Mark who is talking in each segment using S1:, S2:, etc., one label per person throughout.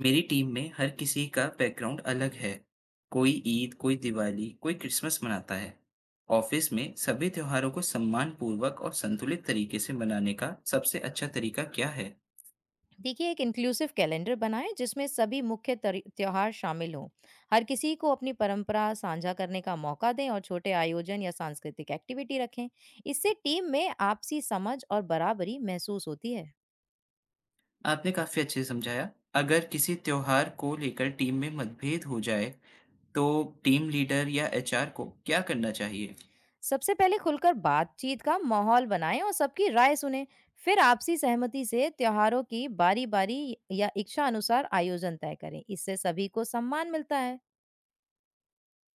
S1: मेरी टीम में हर किसी का बैकग्राउंड अलग है। कोई ईद, कोई दिवाली, कोई क्रिसमस मनाता है। ऑफिस में सभी त्योहारों को सम्मान पूर्वक और संतुलित तरीके से मनाने का सबसे अच्छा तरीका क्या है?
S2: देखिए एक इंक्लूसिव कैलेंडर बनाएं जिसमें सभी मुख्य त्योहार शामिल हों। हर किसी को अपनी परंपरा साझा करने का मौका दें और छोटे आयोजन या सांस्कृतिक एक्टिविटी रखें। इससे टीम में आपसी समझ और बराबरी महसूस होती है।
S1: आपने काफी अच्छे से समझाया। अगर किसी त्योहार को लेकर टीम में मतभेद हो जाए, तो टीम लीडर या एचआर को क्या करना चाहिए?
S2: सबसे पहले खुलकर बातचीत का माहौल बनाएं और सबकी राय सुने। फिर आपसी सहमति से त्योहारों की बारी बारी या इच्छा अनुसार आयोजन तय करें। इससे सभी को सम्मान मिलता है।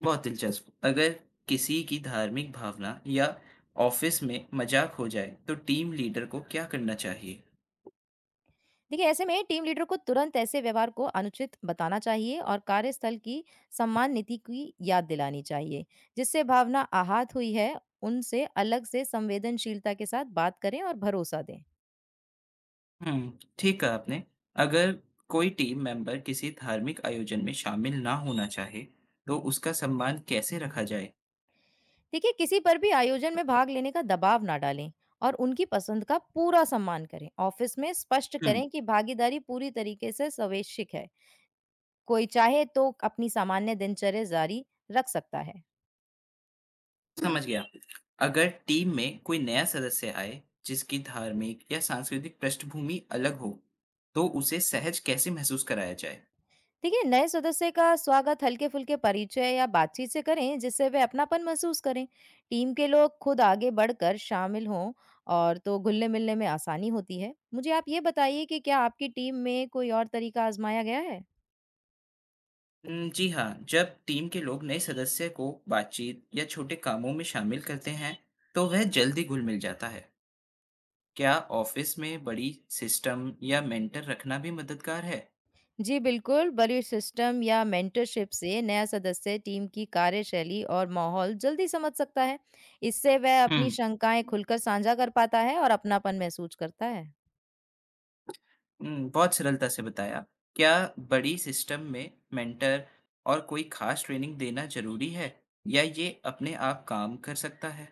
S1: बहुत दिलचस्प। अगर किसी की धार्मिक भावना या ऑफिस में मजाक हो जाए, तो टीम लीडर को क्या करना चाहिए?
S2: देखिए, ऐसे में टीम लीडर को तुरंत ऐसे व्यवहार को अनुचित बताना चाहिए और कार्यस्थल की सम्मान नीति की याद दिलानी चाहिए। जिससे भावना आहत हुई है, उनसे अलग से संवेदनशीलता के साथ बात करें और भरोसा दें।
S1: हुँ, ठीक कहा आपने। अगर कोई टीम मेंबर किसी धार्मिक आयोजन में शामिल ना होना चाहे, तो उसका सम्मान कैसे रखा जाए?
S2: देखिए, किसी पर भी आयोजन में भाग लेने का दबाव ना डालें और उनकी पसंद का पूरा सम्मान करें। ऑफिस में स्पष्ट
S1: हुँ,
S2: करें कि भागीदारी पूरी तरीके से स्वैच्छिक है। कोई चाहे तो अपनी सामान्य दिनचर्या जारी रख सकता है।
S1: समझ गया। अगर टीम में कोई नया सदस्य आए, जिसकी धार्मिक या सांस्कृतिक पृष्ठभूमि अलग हो, तो उसे सहज कैसे महसूस कराया जाए?
S2: देखिए, नए सदस्य का स्वागत हल्के फुल्के परिचय या बातचीत से करें जिससे वे अपनापन महसूस करें। टीम के लोग खुद आगे बढ़कर शामिल हों और तो घुलने मिलने में आसानी होती है। मुझे आप ये बताइए कि क्या आपकी टीम में कोई और तरीका आजमाया गया है?
S1: जी हाँ, जब टीम के लोग नए सदस्य को बातचीत या छोटे कामों में शामिल करते हैं, तो वह जल्दी घुल-मिल जाता है। क्या ऑफ़िस में बड़ी सिस्टम या मेंटर रखना भी मददगार है?
S2: जी बिल्कुल, बड़ी सिस्टम या मेंटरशिप से नया सदस्य टीम की कार्यशैली और माहौल जल्दी समझ सकता है। इससे वह
S1: हुँ।
S2: अपनी शंकाएं खुलकर साझा कर पाता है और अपनापन महसूस करता है।
S1: हुँ, बहुत सरलता से बताया। क्या बड़ी सिस्टम में मेंटर और कोई खास ट्रेनिंग देना ज़रूरी है, या ये अपने आप काम कर सकता है?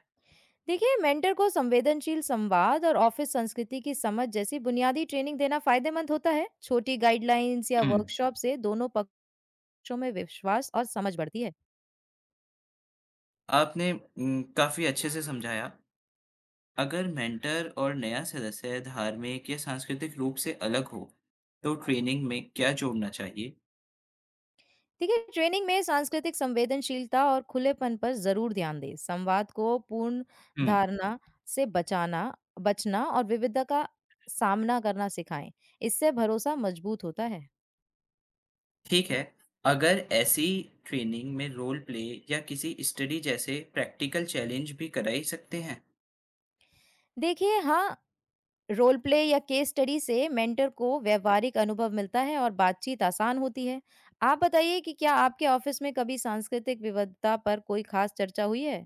S2: देखिए, मेंटर को संवेदनशील संवाद और ऑफिस संस्कृति की समझ जैसी बुनियादी ट्रेनिंग देना फायदेमंद होता है। छोटी गाइडलाइंस या
S1: हुँ।
S2: वर्कशॉप से दोनों पक्षों में विश्वास और समझ बढ़ती है।
S1: आपने काफ़ी अच्छे से समझाया। अगर मेंटर और नया सदस्य धार्मिक या सांस्कृतिक रूप से अलग हो, तो ट्रेनिंग में क्या जोड़ना चाहिए?
S2: ठीक है, ट्रेनिंग में सांस्कृतिक संवेदनशीलता और खुलेपन पर जरूर ध्यान दें। संवाद को पूर्ण
S1: हुँ।
S2: धारणा से बचाना बचना और विविधता का सामना करना सिखाएं। इससे भरोसा मजबूत होता है।
S1: ठीक है, अगर ऐसी ट्रेनिंग में रोल प्ले या किसी स्टडी जैसे प्रैक्टिकल चैलेंज भी कराई सकते हैं?
S2: देखिए, हाँ, रोल प्ले या केस स्टडी से मेंटर को व्यवहारिक अनुभव मिलता है और बातचीत आसान होती है। आप बताइए कि क्या आपके ऑफिस में कभी सांस्कृतिक विविधता पर कोई खास चर्चा हुई है?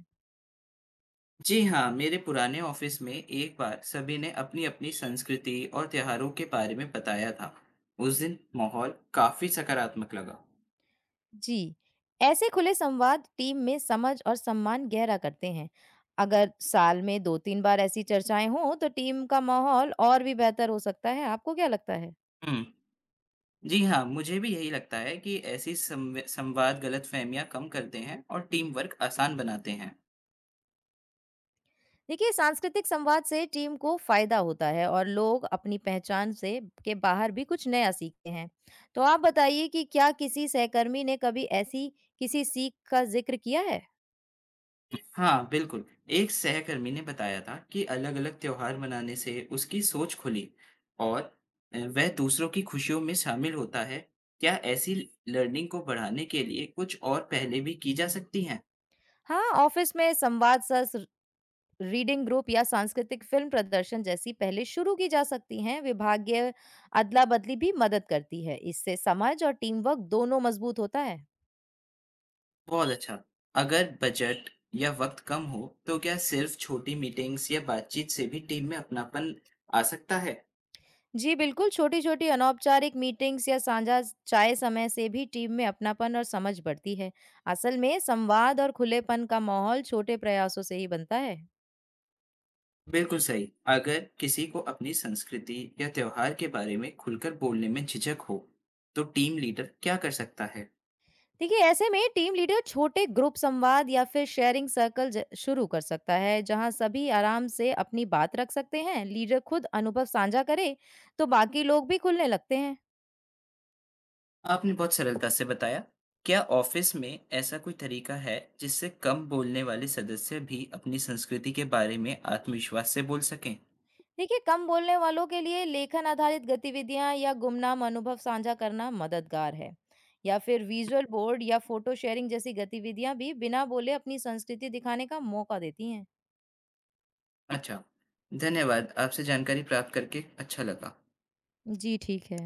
S1: जी हाँ, मेरे पुराने ऑफिस में एक बार सभी ने अपनी-अपनी संस्कृति और त्योहारों के बारे में बताया था। उस दिन माहौल काफी सकारात्मक लगा।
S2: जी, ऐसे खुले संवाद टीम में समझ और सम्मान गहरा करते हैं। अगर साल में 2-3 बार ऐसी चर्चाएं हों, तो टीम का माहौल और भी बेहतर हो सकता है। आपको क्या लगता है?
S1: हम्म, जी हाँ, मुझे भी यही लगता है कि ऐसी संवाद गलतफहमियां कम करते हैं और टीम वर्क आसान बनाते हैं।
S2: देखिए, सांस्कृतिक संवाद से टीम को फायदा होता है और लोग अपनी पहचान से के बाहर भी कुछ नया सीखते हैं। तो आप बताइए कि क्या किसी सहकर्मी ने कभी ऐसी किसी सीख का जिक्र किया है?
S1: हाँ, बिल्कुल। एक सहकर्मी ने बताया था कि अलग-अलग त्योहार मनाने से उसकी सोच खुली, और वह दूसरों की खुशियों में शामिल होता है। क्या ऐसी लर्निंग को बढ़ाने के लिए कुछ और पहले भी की जा सकती हैं?
S2: हाँ, ऑफिस में संवाद सत्र, रीडिंग ग्रुप या सांस्कृतिक फिल्म प्रदर्शन जैसी पहले शुरू की जा सकती हैं। विभागीय अदला बदली भी मदद करती है। इससे समझ और टीम वर्क दोनों मजबूत होता है।
S1: बहुत अच्छा। अगर बजट या वक़्त कम हो, तो क्या सिर्फ़ छोटी मीटिंग्स या बातचीत से भी टीम में अपनापन आ सकता है?
S2: जी बिल्कुल, छोटी-छोटी अनौपचारिक मीटिंग्स या साझा चाय समय से भी टीम में अपनापन और समझ बढ़ती है। असल में संवाद और खुलेपन का माहौल छोटे प्रयासों से ही बनता है।
S1: बिल्कुल सही। अगर किसी को अपनी संस्कृति या त्योहार के बारे में खुलकर बोलने में झिझक हो, तो टीम लीडर क्या कर सकता है?
S2: देखिए, ऐसे में टीम लीडर छोटे ग्रुप संवाद या फिर शेयरिंग सर्कल ज शुरू कर सकता है, जहां सभी आराम से अपनी बात रख सकते हैं। लीडर खुद अनुभव साझा करे, तो बाकी लोग भी खुलने लगते हैं।
S1: आपने बहुत सरलता से बताया। क्या ऑफ़िस में ऐसा कोई तरीका है जिससे कम बोलने वाले सदस्य भी अपनी संस्कृति के बारे में आत्मविश्वास से बोल सकें?
S2: देखिए, कम बोलने वालों के लिए लेखन आधारित गतिविधियां या गुमनाम अनुभव साझा करना मददगार है। या फिर विजुअल बोर्ड या फोटो शेयरिंग जैसी गतिविधियां भी बिना बोले अपनी संस्कृति दिखाने का मौका देती हैं।
S1: अच्छा, धन्यवाद। आपसे जानकारी प्राप्त करके अच्छा लगा।
S2: जी ठीक है।